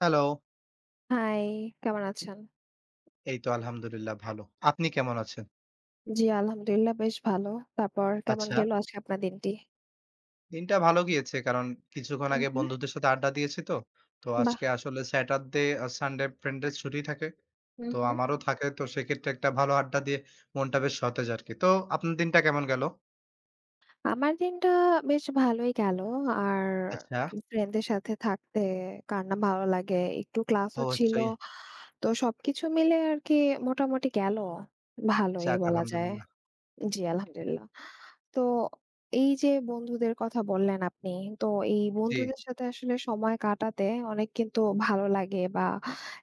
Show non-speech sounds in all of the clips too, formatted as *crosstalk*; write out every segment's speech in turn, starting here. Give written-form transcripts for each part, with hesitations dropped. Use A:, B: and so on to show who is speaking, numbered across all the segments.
A: Hello.
B: High, কেমন আছেন?
A: এই তো আলহামদুলিল্লাহ ভালো। আপনি কেমন আছেন?
B: জি, আলহামদুলিল্লাহ বেশ ভালো। তারপর কেমন
A: আচ্ছা,
B: গেল আজকে আপনার দিনটি?
A: দিনটা ভালো গিয়েছে কারণ কিছুক্ষণ
B: হুম,
A: আগে
B: হুম।
A: বন্ধুদের সাথে আড্ডা দিয়েছি তো। তো
B: বাহ!
A: আজকে আসলে স্যাটারডে আর সানডে ফ্রেন্ডের ছুটি থাকে।
B: হুম,
A: তো
B: হুম।
A: আমারও থাকে। তো সেক্ষেত্রে একটা ভালো আড্ডা দিয়ে মনটা বেশ সতেজ আরকি। তো আপনার দিনটা কেমন গেল?
B: আমার দিনটা বেশ ভালোই গেল। আর
A: আচ্ছা,
B: ফ্রেন্ডদের সাথে থাকতে কার না ভালো লাগে। একটু ক্লাসও ছিল।
A: অবশ্যই।
B: তো সবকিছু মিলে আরকি মোটামুটি গেল। ভালোই
A: যাক
B: বলা যায়।
A: আলহামদুলিল্লাহ।
B: জি, আলহামদুলিল্লাহ। তো এই যে বন্ধুদের কথা বললেন আপনি, তো এই
A: জি,
B: বন্ধুদের সাথে আসলে সময় কাটাতে অনেক কিন্তু ভালো লাগে বা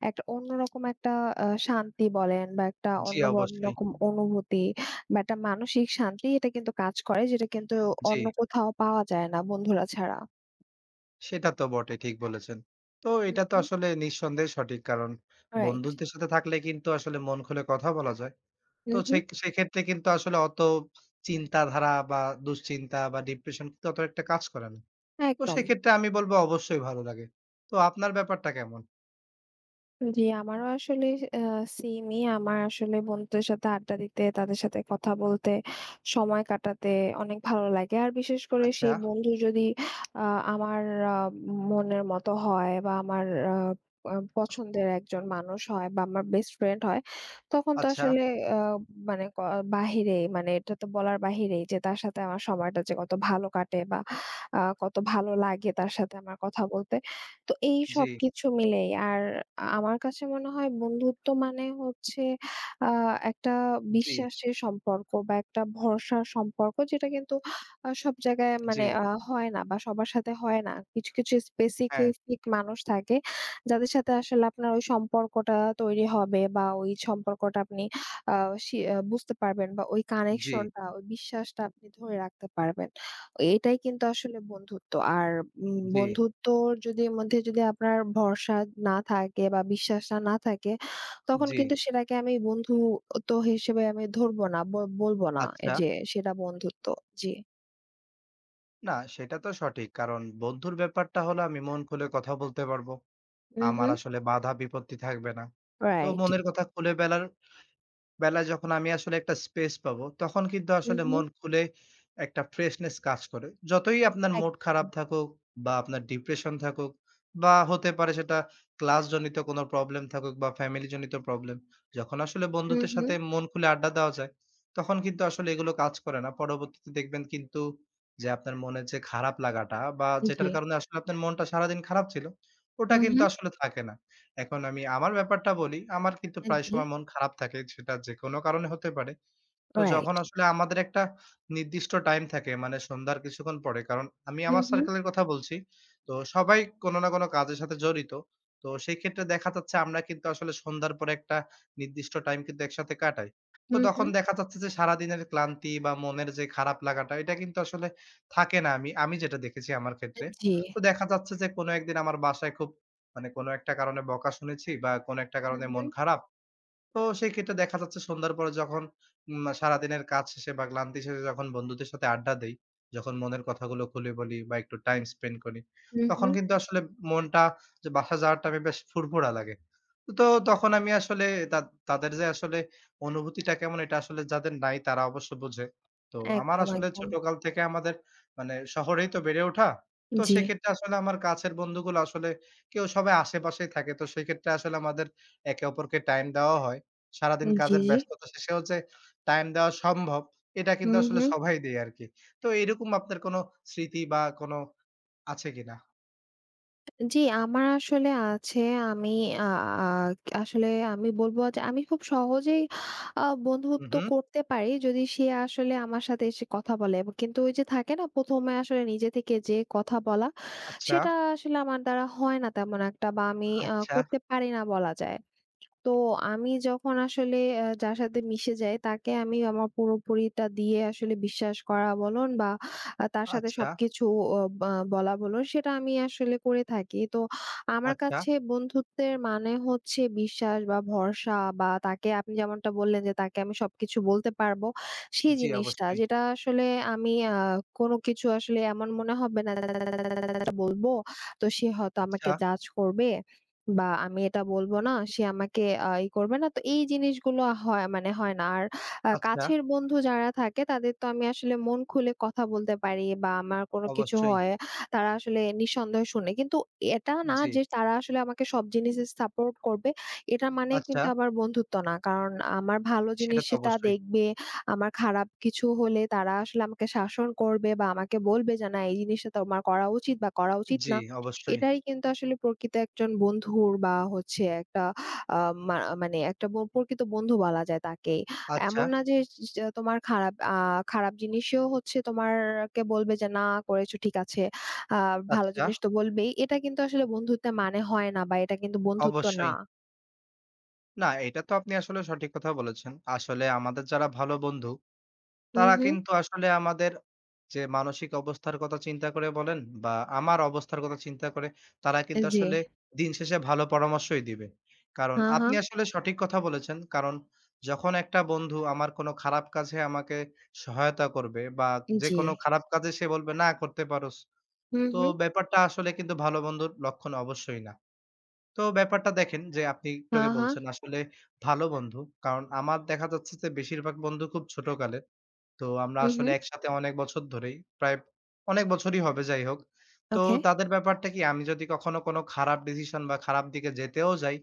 B: একটা অন্যরকম একটা শান্তি বলেন বা একটা
A: জি
B: অন্য
A: অবশ্যই।
B: অন্যরকম অনুভূতি বা একটা মানসিক শান্তি এটা কিন্তু কাজ করে যেটা কিন্তু
A: জি,
B: অন্য কোথাও পাওয়া যায় না বন্ধুরা ছাড়া।
A: সেটা তো বটে ঠিক বলেছেন। তো
B: হু,
A: এটা তো
B: হু।
A: আসলে নিঃসন্দেহে সঠিক। কারণ
B: রাইট।
A: বন্ধুদের সাথে থাকলে কিন্তু আসলে মন খুলে কথা বলা যায়।
B: হু,
A: তো
B: হু।
A: সে সেক্ষেত্রে কিন্তু আসলে অত চিন্তাধারা বা দুশ্চিন্তা বা ডিপ্রেশন কিন্তু অত একটা কাজ করে না। তো
B: একদম।
A: সেক্ষেত্রে আমি বলব অবশ্যই ভালো লাগে। তো আপনার ব্যাপারটা কেমন?
B: জি, আমারও আসলে আ সেমই। আমার আসলে বন্ধুদের সাথে আড্ডা দিতে, তাদের সাথে কথা বলতে, সময় কাটাতে অনেক ভালো লাগে। আর বিশেষ করে
A: আচ্ছা,
B: সেই বন্ধু যদি আ আমার আ মনের মতো হয় বা আমার আ আ পছন্দের একজন মানুষ হয় বা আমার বেস্ট ফ্রেন্ড হয়, তখন তো
A: আচ্ছা।
B: আসলে আ মানে ক বাহিরে মানে এটা তো বলার বাহিরেই যে তার সাথে আমার সময়টা যে কত ভালো কাটে বা কত ভালো লাগে তার সাথে আমার কথা বলতে। তো এই
A: জি,
B: সবকিছু মিলেই আর আমার কাছে মনে হয় বন্ধুত্ব মানে হচ্ছে আ একটা
A: জি,
B: বিশ্বাসের সম্পর্ক বা একটা ভরসার সম্পর্ক যেটা কিন্তু সব জায়গায়
A: জি,
B: মানে হয় না বা সবার সাথে হয় না। কিছু, কিছু
A: হ্যাঁ,
B: স্পেসিফিক মানুষ থাকে যাদের সাথে আসলে আপনার ওই সম্পর্কটা তৈরি হবে বা ওই সম্পর্কটা আপনি আ বুঝতে পারবেন বা ওই
A: জি,
B: কানেকশনটা, ওই বিশ্বাসটা আপনি ধরে রাখতে পারবেন। এটাই কিন্তু আসলে বন্ধুত্ব। আর
A: জি,
B: বন্ধুত্বর যদি মধ্যে আপনার ভরসা না থাকে বা বিশ্বাসটা না থাকে, তখন
A: জি,
B: কিন্তু সেটাকে আমি বন্ধুত্ব হিসেবে আমি ধরবো না। বলবো না এ
A: আচ্ছা।
B: যে সেটা বন্ধুত্ব। জি।
A: না সেটা তো সঠিক। কারণ বন্ধুর ব্যাপারটা হলো আমি মন খুলে কথা বলতে পারবো।
B: হুম,
A: আমার
B: হুম।
A: আসলে বাধা বিপত্তি থাকবে না। তো
B: রাইট।
A: মনের কথা খুলে বেলার বেলায় যখন আমি আসলে একটা স্পেস পাবো, তখন কিন্তু
B: হুম,
A: আসলে
B: হুম।
A: মন খুলে একটা ফ্রেশনেস কাজ করে। যতই আপনার মুড
B: একদম।
A: খারাপ থাকুক বা আপনার ডিপ্রেশন থাকুক বা হতে পারে সেটা ক্লাসজনিত কোনো প্রবলেম থাকুক বা ফ্যামিলি জনিত প্রবলেম। যখন আসলে
B: হুম,
A: বন্ধুদের
B: হুম।
A: সাথে মন খুলে আড্ডা দেওয়া যায়, তখন কিন্তু আসলে এগুলো কাজ করে না। পরবর্তীতে দেখবেন কিন্তু যে আপনার মনের যে খারাপ লাগাটা বা
B: জি।
A: যেটার কারণে আসলে আপনার মনটা সারাদিন খারাপ ছিল, ওটা
B: হুম,
A: কিন্তু
B: হুম।
A: আসলে থাকে না। এখন আমি আমার ব্যাপারটা বলি, আমার কিন্তু প্রায়
B: জি,
A: সময় মন খারাপ থাকে। সেটা যেকোনো কারণে হতে পারে। তো
B: রাইট।
A: যখন আসলে আমাদের একটা নির্দিষ্ট টাইম থাকে মানে সন্ধ্যার কিছুক্ষণ পরে। কারণ আমি
B: হুম,
A: আমার
B: হুম।
A: সার্কেলের কথা বলছি। তো সবাই কোনো না কোনো কাজের সাথে জড়িত। তো সেই ক্ষেত্রে দেখা যাচ্ছে আমরা কিন্তু আসলে সন্ধ্যার পরে একটা নির্দিষ্ট টাইম কিন্তু একসাথে কাটাই। তো
B: হুম,
A: তখন
B: হুম।
A: দেখা যাচ্ছে যে সারাদিনের ক্লান্তি বা মনের যে খারাপ লাগাটা এটা কিন্তু আসলে থাকে না আমি আমি যেটা দেখেছি আমার ক্ষেত্রে।
B: জি।
A: তো দেখা যাচ্ছে যে কোনো একদিন আমার বাসায় খুব মানে কোনো একটা কারণে বকা শুনেছি বা কোনো একটা
B: হুম,
A: কারণে মন
B: হুম।
A: খারাপ। তো সেক্ষেত্রে দেখা যাচ্ছে সন্ধ্যার পরে যখন সারাদিনের কাজ শেষে বা ক্লান্তি শেষে যখন বন্ধুদের সাথে আড্ডা দেই, যখন মনের কথাগুলো খুলে বলি বা একটু টাইম স্পেন্ড করি,
B: হুম,
A: তখন
B: হুম।
A: কিন্তু আসলে মনটা যে বাসা যাওয়ার টাইমে বেশ ফুরফুরা লাগে। তো তখন আমি আসলে তা তাদের যে আসলে অনুভূতিটা কেমন এটা আসলে যাদের নাই তারা অবশ্য বোঝে। তো আমার
B: একদম,
A: আসলে
B: একদম।
A: ছোটকাল থেকে আমাদের মানে শহরেই তো বেড়ে ওঠা। তো
B: জি।
A: সেক্ষেত্রে আসলে আমার কাছের বন্ধুগুলো আসলে সবাই আশেপাশেই থাকে। তো সেক্ষেত্রে আসলে আমাদের একে অপরকে টাইম দেওয়া হয়। সারাদিন
B: জি,
A: কাজের
B: জি।
A: ব্যস্ততা শেষেও যে টাইম দেওয়া সম্ভব, এটা কিন্তু
B: হুম,
A: আসলে
B: হুম।
A: সবাই দেয় আরকি। তো এরকম আপনার কোনো স্মৃতি বা কোনো আছে কিনা?
B: জি, আমার আসলে আছে। আমি আ আ আসলে আমি বলব যে আমি খুব সহজেই
A: হুম,
B: বন্ধুত্ব
A: হুম।
B: করতে পারি যদি সে আসলে আমার সাথে এসে কথা বলে। এবং কিন্তু ওই যে থাকে না ১ম এ আসলে নিজে থেকে যেয়ে কথা বলা,
A: আচ্ছা,
B: সেটা আসলে আমার দ্বারা হয় না তেমন একটা বা আমি
A: আচ্ছা,
B: করতে পারি না বলা যায়। তো আমি যখন আসলে যার সাথে মিশে যাই তাকে আমি আমার পুরোপুরিটা দিয়ে আসলে বিশ্বাস করা বলুন বা তার সাথে
A: আচ্ছা,
B: সবকিছু অ বা বলা বলুন সেটা আমি আসলে করে থাকি। তো আমার
A: আচ্ছা।
B: কাছে বন্ধুত্বের মানে হচ্ছে বিশ্বাস বা ভরসা বা তাকে আপনি যেমনটা বললেন যে তাকে আমি সবকিছু বলতে পারবো সেই
A: জি,
B: জিনিসটা।
A: অবশ্যই।
B: যেটা আসলে আমি কোনো কিছু আসলে এমন মনে হবে না যে বলবো তো সে হয়তো আমাকে
A: আচ্ছা,
B: জাজ করবে। বা আমি এটা বলব না, সে আমাকে আ ই করবে না। তো এই জিনিসগুলো হয় মানে হয় না। আর
A: আচ্ছা,
B: কাছের বন্ধু যারা থাকে তাদের তো আমি আসলে মন খুলে কথা বলতে পারি বা আমার কোনো কিছু
A: অবশ্যই।
B: হয়, তারা আসলে নিঃসন্দেহে শুনে। কিন্তু এটা না
A: জি,
B: যে তারা আসলে আমাকে সব জিনিসে সাপোর্ট করবে। এটা মানে
A: আচ্ছা।
B: কিন্তু আবার বন্ধুত্ব না। কারণ আমার ভালো জিনিস
A: সেটা তো
B: সেটা
A: অবশ্যই।
B: দেখবে, আমার খারাপ কিছু হলে তারা আসলে আমাকে শাসন করবে বা আমাকে বলবে যে, "না এই জিনিসটা তোমার করা উচিত বা করা উচিত
A: জি,
B: না।"
A: অবশ্যই।
B: এটাই কিন্তু আসলে প্রকৃত একজন বন্ধুর বা হচ্ছে একটা আ মা মানে একটা প্রকৃত বন্ধু বলা যায় তাকে।
A: আচ্ছা,
B: এমন না যে যে তোমার খারাপ খারাপ জিনিসেও হচ্ছে তোমারকে বলবে যে, "না করেছো ঠিক আছে।" আ ভালো
A: আচ্ছা,
B: জিনিস তো বলবেই। এটা কিন্তু আসলে বন্ধুত্বের মানে হয় না বা এটা কিন্তু বন্ধুত্ব না।
A: অবশ্যই। না, এটা তো আপনি আসলে সঠিক কথা বলেছেন। আসলে আমাদের যারা ভালো বন্ধু,
B: হুম,
A: তারা
B: হুম।
A: কিন্তু আসলে আমাদের যে মানসিক অবস্থার কথা চিন্তা করে বলেন বা আমার অবস্থার কথা চিন্তা করে, তারা কিন্তু
B: জি।
A: আসলে দিন শেষে ভালো পরামর্শই দিবে। কারণ
B: হা, হা।
A: আপনি আসলে সঠিক কথা বলেছেন। কারণ যখন একটা বন্ধু আমার কোনো খারাপ কাজে আমাকে সহায়তা করবে বা
B: জি।
A: যেকোনো খারাপ কাজে সে বলবে, "না করতে পারোস।"
B: হুম,
A: তো
B: হুম।
A: ব্যাপারটা আসলে কিন্তু ভালো বন্ধুর লক্ষণ অবশ্যই না। তো ব্যাপারটা দেখেন যে আপনি একটু
B: হা,
A: আগে
B: হা।
A: বলছেন আসলে ভালো বন্ধু। কারণ আমার দেখা যাচ্ছে যে বেশিরভাগ বন্ধু খুব ছোটকালে। তো আমরা
B: হুম,
A: আসলে
B: হুম।
A: একসাথে অনেক বছর ধরেই, প্রায় অনেক বছরই হবে যাই হোক। তো
B: ওকে।
A: তাদের ব্যাপারটা কি আমি যদি কখনো কোনো খারাপ ডিসিশন বা খারাপ দিকে যেতেও যাই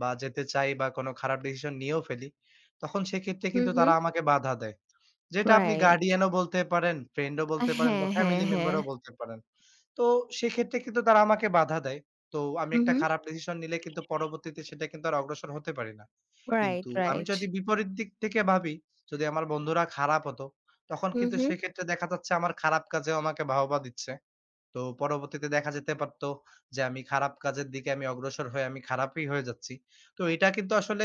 A: বা যেতে চাই বা কোনো খারাপ ডিসিশন নিয়েও ফেলি, তখন সেক্ষেত্রে
B: হুম,
A: কিন্তু
B: হুম।
A: তারা আমাকে বাধা দেয়। যেটা আপনি
B: রাইট।
A: গার্ডিয়ানও বলতে পারেন, ফ্রেন্ডও বলতে পারেন
B: হ্যাঁ,
A: বা
B: হ্যাঁ,
A: ফ্যামিলি
B: হ্যাঁ।
A: মেম্বারও বলতে পারেন। তো সেক্ষেত্রে কিন্তু তারা আমাকে বাধা দেয়। তো আমি
B: হুম,
A: একটা
B: হুম।
A: খারাপ ডিসিশন নিলে কিন্তু পরবর্তীতে সেটা কিন্তু আর অগ্রসর হতে পারি না।
B: রাইট,
A: কিন্তু আমি
B: রাইট।
A: যদি বিপরীত দিক থেকে ভাবি, যদি আমার বন্ধুরা খারাপ হতো, তখন
B: হুম,
A: কিন্তু
B: হুম।
A: সেক্ষেত্রে দেখা যাচ্ছে আমার খারাপ কাজেও আমাকে বাহবা দিচ্ছে। তো পরবর্তীতে দেখা যেতে পারত যে আমি খারাপ কাজের দিকে আমি অগ্রসর হয়ে আমি খারাপই হয়ে যাচ্ছি। তো এটা কিন্তু আসলে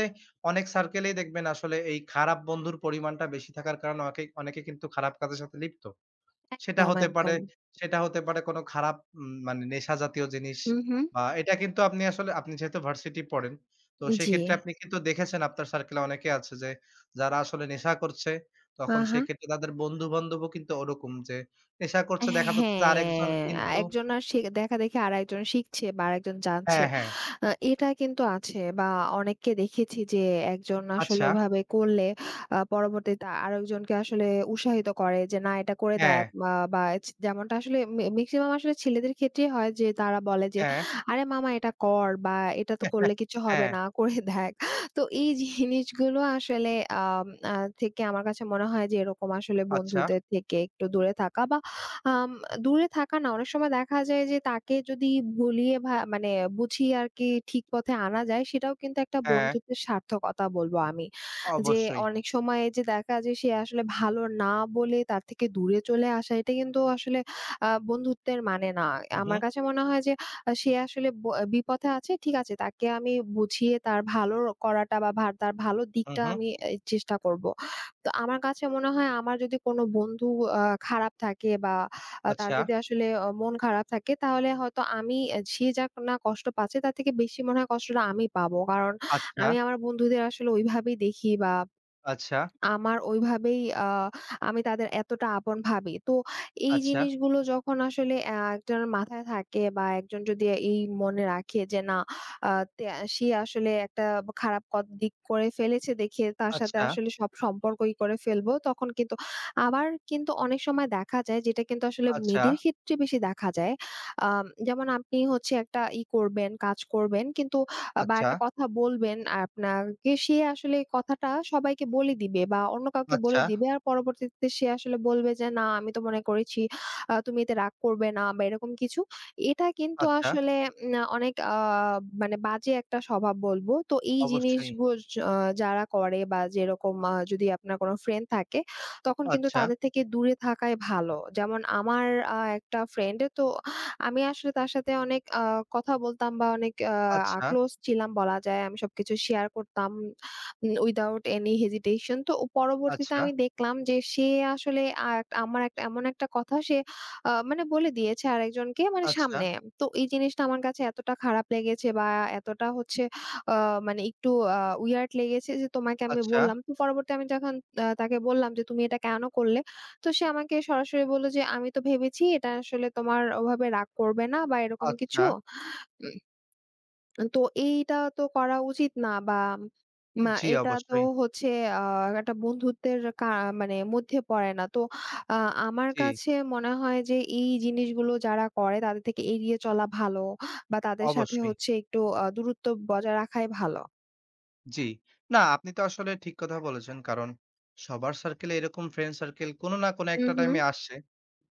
A: অনেক সার্কেলেই দেখবেন আসলে এই খারাপ বন্ধুর পরিমাণটা বেশি থাকার কারণে অনেকে অনেকে কিন্তু খারাপ কাজের সাথে লিপ্ত। সেটা
B: একদম,
A: হতে পারে
B: একদম।
A: সেটা হতে পারে কোনো খারাপ মানে নেশা জাতীয় জিনিস
B: হু, হু।
A: বা এটা কিন্তু আপনি যেহেতু ভার্সিটি পড়েন, তো
B: জি।
A: সেক্ষেত্রে আপনি কিন্তু দেখেছেন আপনার সার্কেলে অনেকে আছে যে যারা আসলে নেশা করছে,
B: আ
A: তখন
B: হা।
A: সেক্ষেত্রে তাদের বন্ধু-বান্ধবও কিন্তু ওরকম যে নেশা করছে দেখা যাচ্ছে যে আরেকজন
B: হ্যাঁ,
A: কিন্তু
B: একজন আর শি দেখা দেখি আরেকজন শিখছে বা আরেকজন জানছে।
A: হ্যাঁ, হ্যাঁ,
B: এটা কিন্তু আছে বা অনেককে দেখেছি যে একজন আসলে
A: আচ্ছা,
B: ওভাবে করলে পরবর্তীতে আরেকজনকে আসলে উৎসাহিত করে যে, "না এটা করে
A: হ্যাঁ,
B: দেখ।" বা বা ছ যেমনটা আসলে মেক্সিমাম আসলে ছেলেদের ক্ষেত্রেই হয় যে তারা বলে যে,
A: হ্যাঁ,
B: "আরে মামা এটা কর" বা "এটা তো করলে
A: *laughs*
B: কিছু হবে
A: হ্যাঁ,
B: না, করে দেখ।" তো এই জিনিসগুলো আসলে আম আ থেকে আমার কাছে মনে হয় যে এরকম আসলে
A: আচ্ছা,
B: বন্ধুদের থেকে একটু দূরে থাকা বা আম দূরে থাকা না অনেক সময় দেখা যায় যে তাকে যদি ভুলিয়ে মানে বুঝিয়ে আরকি ঠিক পথে আনা যায় সেটাও কিন্তু একটা
A: হ্যাঁ,
B: বন্ধুত্বের সার্থকতা বলবো আমি। যে
A: অবশ্যই।
B: অনেক সময় যে দেখা যায় সে আসলে ভালো না বলে তার থেকে দূরে চলে আসা এটা কিন্তু আসলে বন্ধুত্বের মানে না।
A: হু, হু,
B: আমার কাছে মনে হয় যে সে আসলে বিপথে আছে ঠিক আছে তাকে আমি বুঝিয়ে তার ভালো করাটা বা তার ভালো
A: হু,
B: দিকটা
A: হু,
B: আমি এই চেষ্টা করব। তো আমার কাছে মনে হয় আমার যদি কোনো বন্ধু আ খারাপ থাকে বা তার
A: আচ্ছা,
B: যদি আসলে মন খারাপ থাকে তাহলে হয়তো আমি সে যাক না কষ্ট পাচ্ছে তার থেকে বেশি মনে হয় কষ্টটা আমি পাবো। কারণ
A: আচ্ছা,
B: আমি আমার বন্ধুদের আসলে ওইভাবেই দেখি বা
A: আচ্ছা,
B: আমার ওইভাবেই আমি তাদের এতটা আপন ভাবি। তো এই
A: আচ্ছা,
B: জিনিসগুলো যখন আসলে একজনের মাথায় থাকে বা একজন যদি এই মনে রাখে যে না আ তে সে আসলে একটা খারাপ দিক করে ফেলেছে দেখে তার সাথে
A: আচ্ছা,
B: আসলে সব সম্পর্কই করে ফেলবো। তখন কিন্তু আবার কিন্তু অনেক সময় দেখা যায় যেটা কিন্তু আসলে
A: আচ্ছা,
B: মেয়েদের ক্ষেত্রে বেশি দেখা যায়। যেমন আপনি হচ্ছে একটা করবেন, কাজ করবেন কিন্তু
A: আচ্ছা,
B: বা
A: আচ্ছা,
B: একটা কথা বলবেন আপনাকে সে আসলে কথাটা সবাইকে বলে দিবে বা অন্য কাউকে বলে
A: আচ্ছা।
B: দিবে। আর পরবর্তীতে সে আসলে বলবে যে, "না, আমি তো মনে করেছি তুমি এতে রাগ করবে না" বা এরকম কিছু। এটা কিন্তু
A: আচ্ছা,
B: আসলে অনেক মানে বাজে একটা স্বভাব বলবো। তো এই
A: অবশ্যই।
B: যারা করে বা যেরকম যদি আপনার কোনো ফ্রেন্ড থাকে, তখন কিন্তু
A: আচ্ছা,
B: তাদের থেকে দূরে থাকাই ভালো। যেমন আমার একটা ফ্রেন্ড তো আমি আসলে তার সাথে অনেক কথা বলতাম বা অনেক
A: আচ্ছা,
B: ক্লোজ ছিলাম বলা যায়। আমি সবকিছু শেয়ার করতাম উইথআউট এনি হেজিটেশন। তো ও পরবর্তীতে
A: আচ্ছা,
B: আমি দেখলাম যে সে আসলে আ আমার একটা এমন একটা কথা সে মানে বলে দিয়েছে আরেকজনকে মানে
A: আচ্ছা,
B: সামনে। তো এই জিনিসটা আমার কাছে এতটা খারাপ লেগেছে বা এতটা হচ্ছে আ মানে একটু আ উইয়ার্ড লেগেছে যে তোমাকে আমি
A: আচ্ছা,
B: বললাম। তো পরবর্তী আমি যখন তাকে বললাম যে, "তুমি এটা কেন করলে?" তো সে আমাকে সরাসরি বলল যে, "আমি তো ভেবেছি এটা আসলে তোমার ওভাবে রাগ করবে না বা এরকম কিছু।
A: আচ্ছা।
B: উম তো এইটা তো করা উচিত না বা
A: জি,
B: এটা তো
A: অবশ্যই।
B: হচ্ছে আ একটা বন্ধুত্বের মানে মধ্যে পড়ে না।" তো আ আমার
A: জি,
B: কাছে মনে হয় যে এই জিনিসগুলো যারা করে তাদের থেকে এড়িয়ে চলা ভালো বা তাদের সাথে
A: অবশ্যই।
B: হচ্ছে একটু দূরত্ব বজায় রাখাই ভালো।
A: জি। না, আপনি তো আসলে ঠিক কথা বলেছেন। কারণ সবার সার্কেলে এরকম ফ্রেন্ড সার্কেল কোন না কোন
B: হু,
A: একটা
B: হু।
A: টাইমে আসছে।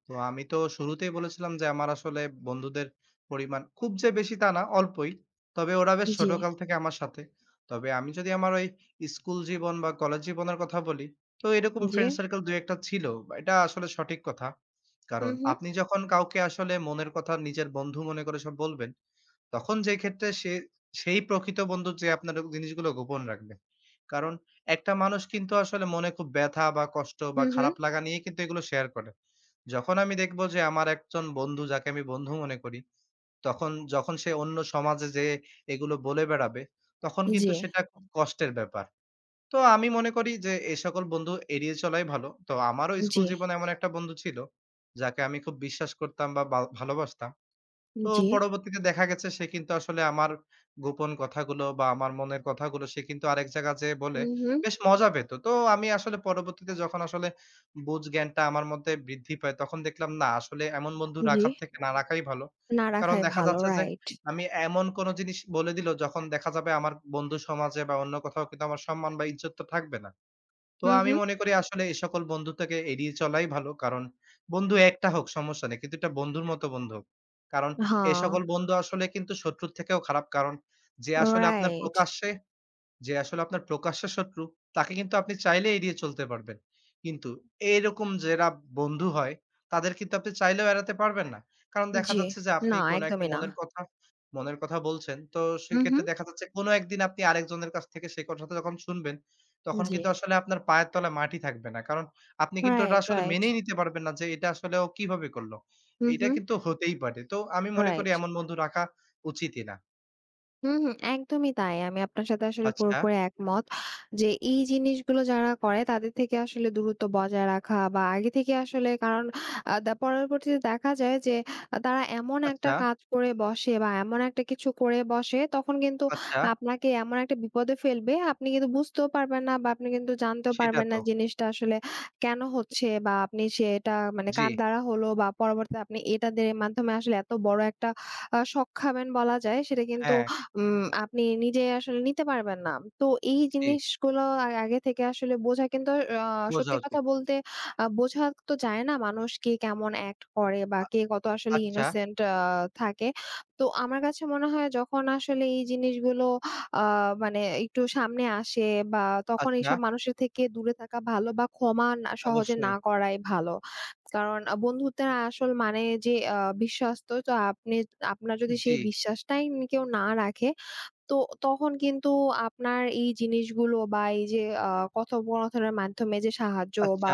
A: তো আমি তো শুরুতেই বলেছিলাম যে আমার আসলে বন্ধুদের পরিমাণ খুব যে বেশি তা না, অল্পই। তবে ওরা বেশ
B: জি,
A: ছোটকাল থেকে আমার সাথে। তবে আমি যদি আমার ওই স্কুল জীবন বা কলেজ জীবনের কথা বলি, তো এরকম
B: জি।
A: ফ্রেন্ড সার্কেল ২-১ টা ছিল। এটা আসলে সঠিক কথা।
B: হু,
A: কারণ
B: হু।
A: আপনি যখন কাউকে আসলে মনের কথা নিজের বন্ধু মনে করে সব বলবেন, তখন যে ক্ষেত্রে সে সেই প্রকৃত বন্ধু যে আপনার জিনিসগুলো গোপন রাখবে। কারণ একটা মানুষ কিন্তু আসলে মনে খুব ব্যথা বা কষ্ট
B: হু,
A: বা
B: হু।
A: খারাপ লাগা নিয়ে কিন্তু এগুলো শেয়ার করে। যখন আমি দেখব যে আমার একজন বন্ধু যাকে আমি বন্ধু মনে করি, তখন যখন সে অন্য সমাজে যেয়ে এগুলো বলে বেড়াবে, তখন
B: জি,
A: কিন্তু সেটা খুব কষ্টের ব্যাপার। তো আমি মনে করি যে এ সকল বন্ধু এড়িয়ে চলাই ভালো। তো আমারও স্কুল
B: জি,
A: জীবনে এমন একটা বন্ধু ছিল, যাকে আমি খুব বিশ্বাস করতাম বা বা ভালোবাসতাম। তো
B: জি।
A: পরবর্তীতে দেখা গেছে সে কিন্তু আসলে আমার গোপন কথাগুলো বা আমার মনের কথাগুলো সে কিন্তু আরেক জায়গা যেয়ে
B: হু,
A: বলে
B: হু।
A: বেশ মজা পেত। তো আমি আসলে পরবর্তীতে যখন আসলে বুঝ জ্ঞানটা আমার মধ্যে বৃদ্ধি পায় তখন দেখলাম না আসলে এমন বন্ধু
B: জি।
A: রাখার থেকে না রাখাই ভালো।
B: না
A: কারণ
B: রাখাই
A: দেখা
B: ভালো।
A: যাচ্ছে যে
B: রাইট।
A: আমি এমন কোন জিনিস বলে দিল যখন দেখা যাবে আমার বন্ধু সমাজে বা অন্য কোথাও কিন্তু আমার সম্মান বা ইজ্জতটা থাকবে না। তো
B: হুম,
A: আমি
B: হুম।
A: মনে করি আসলে এই সকল বন্ধুত্বকে এড়িয়ে চলাই ভালো। কারণ বন্ধু একটা হোক সমস্যা নেই। কিন্তু এটা বন্ধুর মতো বন্ধু হোক। কারণ এই
B: হ্যাঁ,
A: সকল বন্ধু আসলে কিন্তু শত্রুর থেকেও খারাপ। কারণ যে আসলে আপনার
B: রাইট।
A: প্রকাশ্যে যে আসলে আপনার প্রকাশ্য শত্রু, তাকে কিন্তু আপনি চাইলে এড়িয়ে চলতে পারবেন। কিন্তু এরকম যারা বন্ধু হয়, তাদের কিন্তু আপনি চাইলেও এড়াতে পারবেন না। কারণ দেখা
B: জি।
A: যাচ্ছে যে আপনি
B: না,
A: কোন একটা
B: একদমই না।
A: মনের কথা বলছেন, তো
B: হুম, হুম।
A: সেক্ষেত্রে দেখা যাচ্ছে কোন একদিন আপনি আরেকজনের কাছ থেকে সেই কথাটা যখন শুনবেন, তখন
B: জি।
A: কিন্তু আসলে আপনার পায়ের তলায় মাটি থাকবে না। কারণ আপনি কিন্তু ওটা
B: রাইট,
A: আসলে
B: রাইট।
A: মেনেই নিতে পারবেন না যে এটা আসলে ও কিভাবে করল।
B: হুম,
A: এটা
B: হুম।
A: কিন্তু হতেই পারে। তো আমি মনে করি
B: রাইট।
A: এমন বন্ধু রাখা উচিতই না।
B: হুম, হুম, একদমই তাই। আমি আপনার সাথে আসলে
A: আচ্ছা,
B: পুরোপুরি একমত। যে এই জিনিসগুলো যারা করে তাদের থেকে আসলে দূরত্ব বজায় রাখা বা আগে থেকে আসলে কারণ আ দা পরবর্তীতে দেখা যায় যে তারা এমন একটা
A: আচ্ছা,
B: কাজ করে বসে বা এমন একটা কিছু করে বসে তখন কিন্তু
A: আচ্ছা
B: আপনাকে এমন একটা বিপদে ফেলবে আপনি কিন্তু বুঝতেও পারবেন না বা আপনি কিন্তু জানতেও
A: সেটা
B: পারবেন না
A: তো।
B: জিনিসটা আসলে কেন হচ্ছে বা আপনি সেটা মানে
A: জি,
B: কার দ্বারা হলো বা পরবর্তীতে আপনি এটাদের মাধ্যমে আসলে এত বড় একটা শক খাবেন বলা যায়। সেটা কিন্তু
A: হ্যাঁ,
B: উম আপনি নিজে আসলে নিতে পারবেন না। তো এই
A: জি,
B: জিনিসগুলো আগে থেকে আসলে বোঝা কিন্তু আ
A: বোঝা
B: সত্যি কথা
A: উচিত।
B: বলতে বোঝা তো যায় না মানুষ কে কেমন অ্যাক্ট করে বা
A: আ
B: কে কত আসলে
A: আচ্ছা,
B: ইনোসেন্ট থাকে। তো আমার কাছে মনে হয় যখন আসলে এই জিনিসগুলো আ মানে একটু সামনে আসে বা তখন
A: আচ্ছা,
B: এইসব মানুষের থেকে দূরে থাকা ভালো বা ক্ষমা না সহজে না
A: অবশ্যই।
B: করাই ভালো। কারণ বন্ধুত্বের আসল মানে যে বিশ্বস্ত তো আপনি আপনার যদি
A: জি,
B: সেই বিশ্বাসটাই কেউ না রাখে তো তখন কিন্তু আপনার এই জিনিসগুলো বা এই যে আ কথোপকথনের মাধ্যমে যে সাহায্য বা
A: আচ্ছা,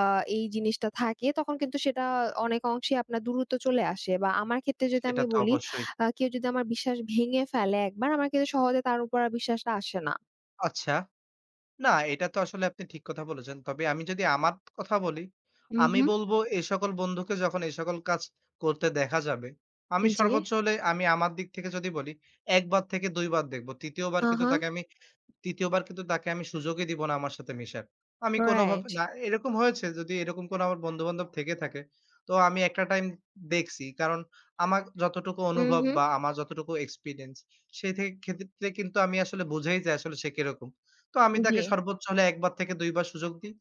B: আ এই জিনিসটা থাকে তখন কিন্তু সেটা অনেক অংশেই আপনার দূরত্ব চলে আসে বা আমার ক্ষেত্রে যদি
A: সেটা
B: আমি
A: তো
B: বলি
A: অবশ্যই।
B: কেউ যদি আমার বিশ্বাস ভেঙে ফেলে একবার আমার কিন্তু সহজে তার উপর আর বিশ্বাসটা আসে না।
A: আচ্ছা, না এটা তো আসলে আপনি ঠিক কথা বলেছেন। তবে আমি যদি আমার কথা বলি,
B: হু,
A: আমি
B: হুম।
A: বলব এ সকল বন্ধুকে যখন এ সকল কাজ করতে দেখা যাবে, আমি
B: জি।
A: সর্বোচ্চ হলে আমি আমার দিক থেকে যদি বলি, ১ বার থেকে ২ বার দেখব।
B: হ্যাঁ,
A: ৩য় বার কিন্তু তাকে আমি সুযোগই দিব না আমার সাথে মেশার। আমি কোনোভাবে
B: রাইট।
A: না এরকম হয়েছে যদি এরকম কোনো আমার বন্ধু-বান্ধব থেকে থাকে, তো আমি একটা টাইম দেখছি। কারণ আমার যতটুকু
B: হু,
A: অনুভব
B: হুম।
A: বা আমার যতটুকু এক্সপেরিয়েন্স সেই থেকে ক্ষেত্রে কিন্তু আমি আসলে বুঝাই যে আসলে সে কিরকম। তো আমি
B: জি।
A: তাকে সর্বোচ্চ হলে ১ বার থেকে ২ বার সুযোগ দিই।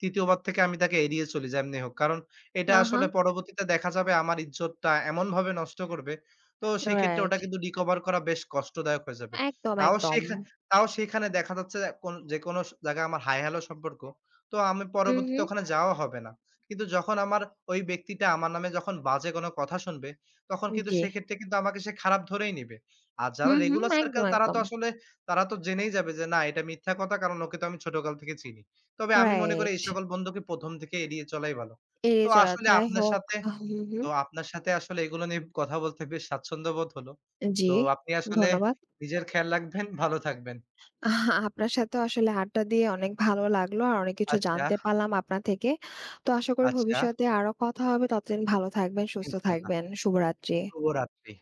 A: তৃতীয় বার থেকে আমি তাকে এড়িয়ে চলি যেমনি হোক। কারণ এটা
B: হ্যাঁ,
A: আসলে পরবর্তীতে দেখা যাবে আমার ইজ্জতটা এমনভাবে নষ্ট করবে, তো সেক্ষেত্রে
B: রাইট।
A: ওটা কিন্তু recover করা বেশ কষ্টদায়ক হয়ে যাবে।
B: একদম,
A: তাও
B: একদম।
A: সেখা তাও সেখানে দেখা যাচ্ছে যে যেকোনো জায়গায় আমার হাই হ্যালো সম্পর্ক। তো আমি
B: হু,
A: পরবর্তীতে
B: হুম।
A: ওখানে যাওয়া হবে না। কিন্তু যখন আমার ওই ব্যক্তিটা আমার নামে যখন বাজে কোনো কথা শুনবে, তখন কিন্তু
B: জি।
A: সেক্ষেত্রে কিন্তু আমাকে সে খারাপ ধরেই নিবে। আর
B: হু,
A: যারা
B: হুম।
A: রেগুলার
B: একদম,
A: সার্কেল তারা তো
B: একদম।
A: আসলে তারা তো জেনেই যাবে যে না এটা মিথ্যা কথা কারণ ওকে তো আমি ছোটকাল থেকে চিনি। তবে আমি মনে করি
B: রাইট।
A: এই সকল বন্ধুকে প্রথম থেকে এড়িয়ে চলাই ভালো।
B: এড়িয়ে
A: তো
B: চলা
A: আসলে
B: যাই
A: আপনার
B: হোক
A: সাথে
B: হুম, হুম।
A: তো আপনার সাথে আসলে এগুলো নিয়ে কথা বলতে বেশ স্বাচ্ছন্দ্য বোধ হলো।
B: জি,
A: তো আপনি আসলে
B: ধন্যবাদ।
A: নিজের খেয়াল রাখবেন, ভালো থাকবেন।
B: আপনার সাথেও আসলে আড্ডা দিয়ে অনেক ভালো লাগলো। আর অনেক কিছু
A: আচ্ছা,
B: জানতে পারলাম আপনার থেকে। তো আশা করি
A: আচ্ছা।
B: ভবিষ্যতে আরো কথা হবে। ততদিন ভালো থাকবেন, সুস্থ
A: ইনশাআল্লাহ।
B: থাকবেন। শুভরাত্রি।
A: শুভরাত্রি।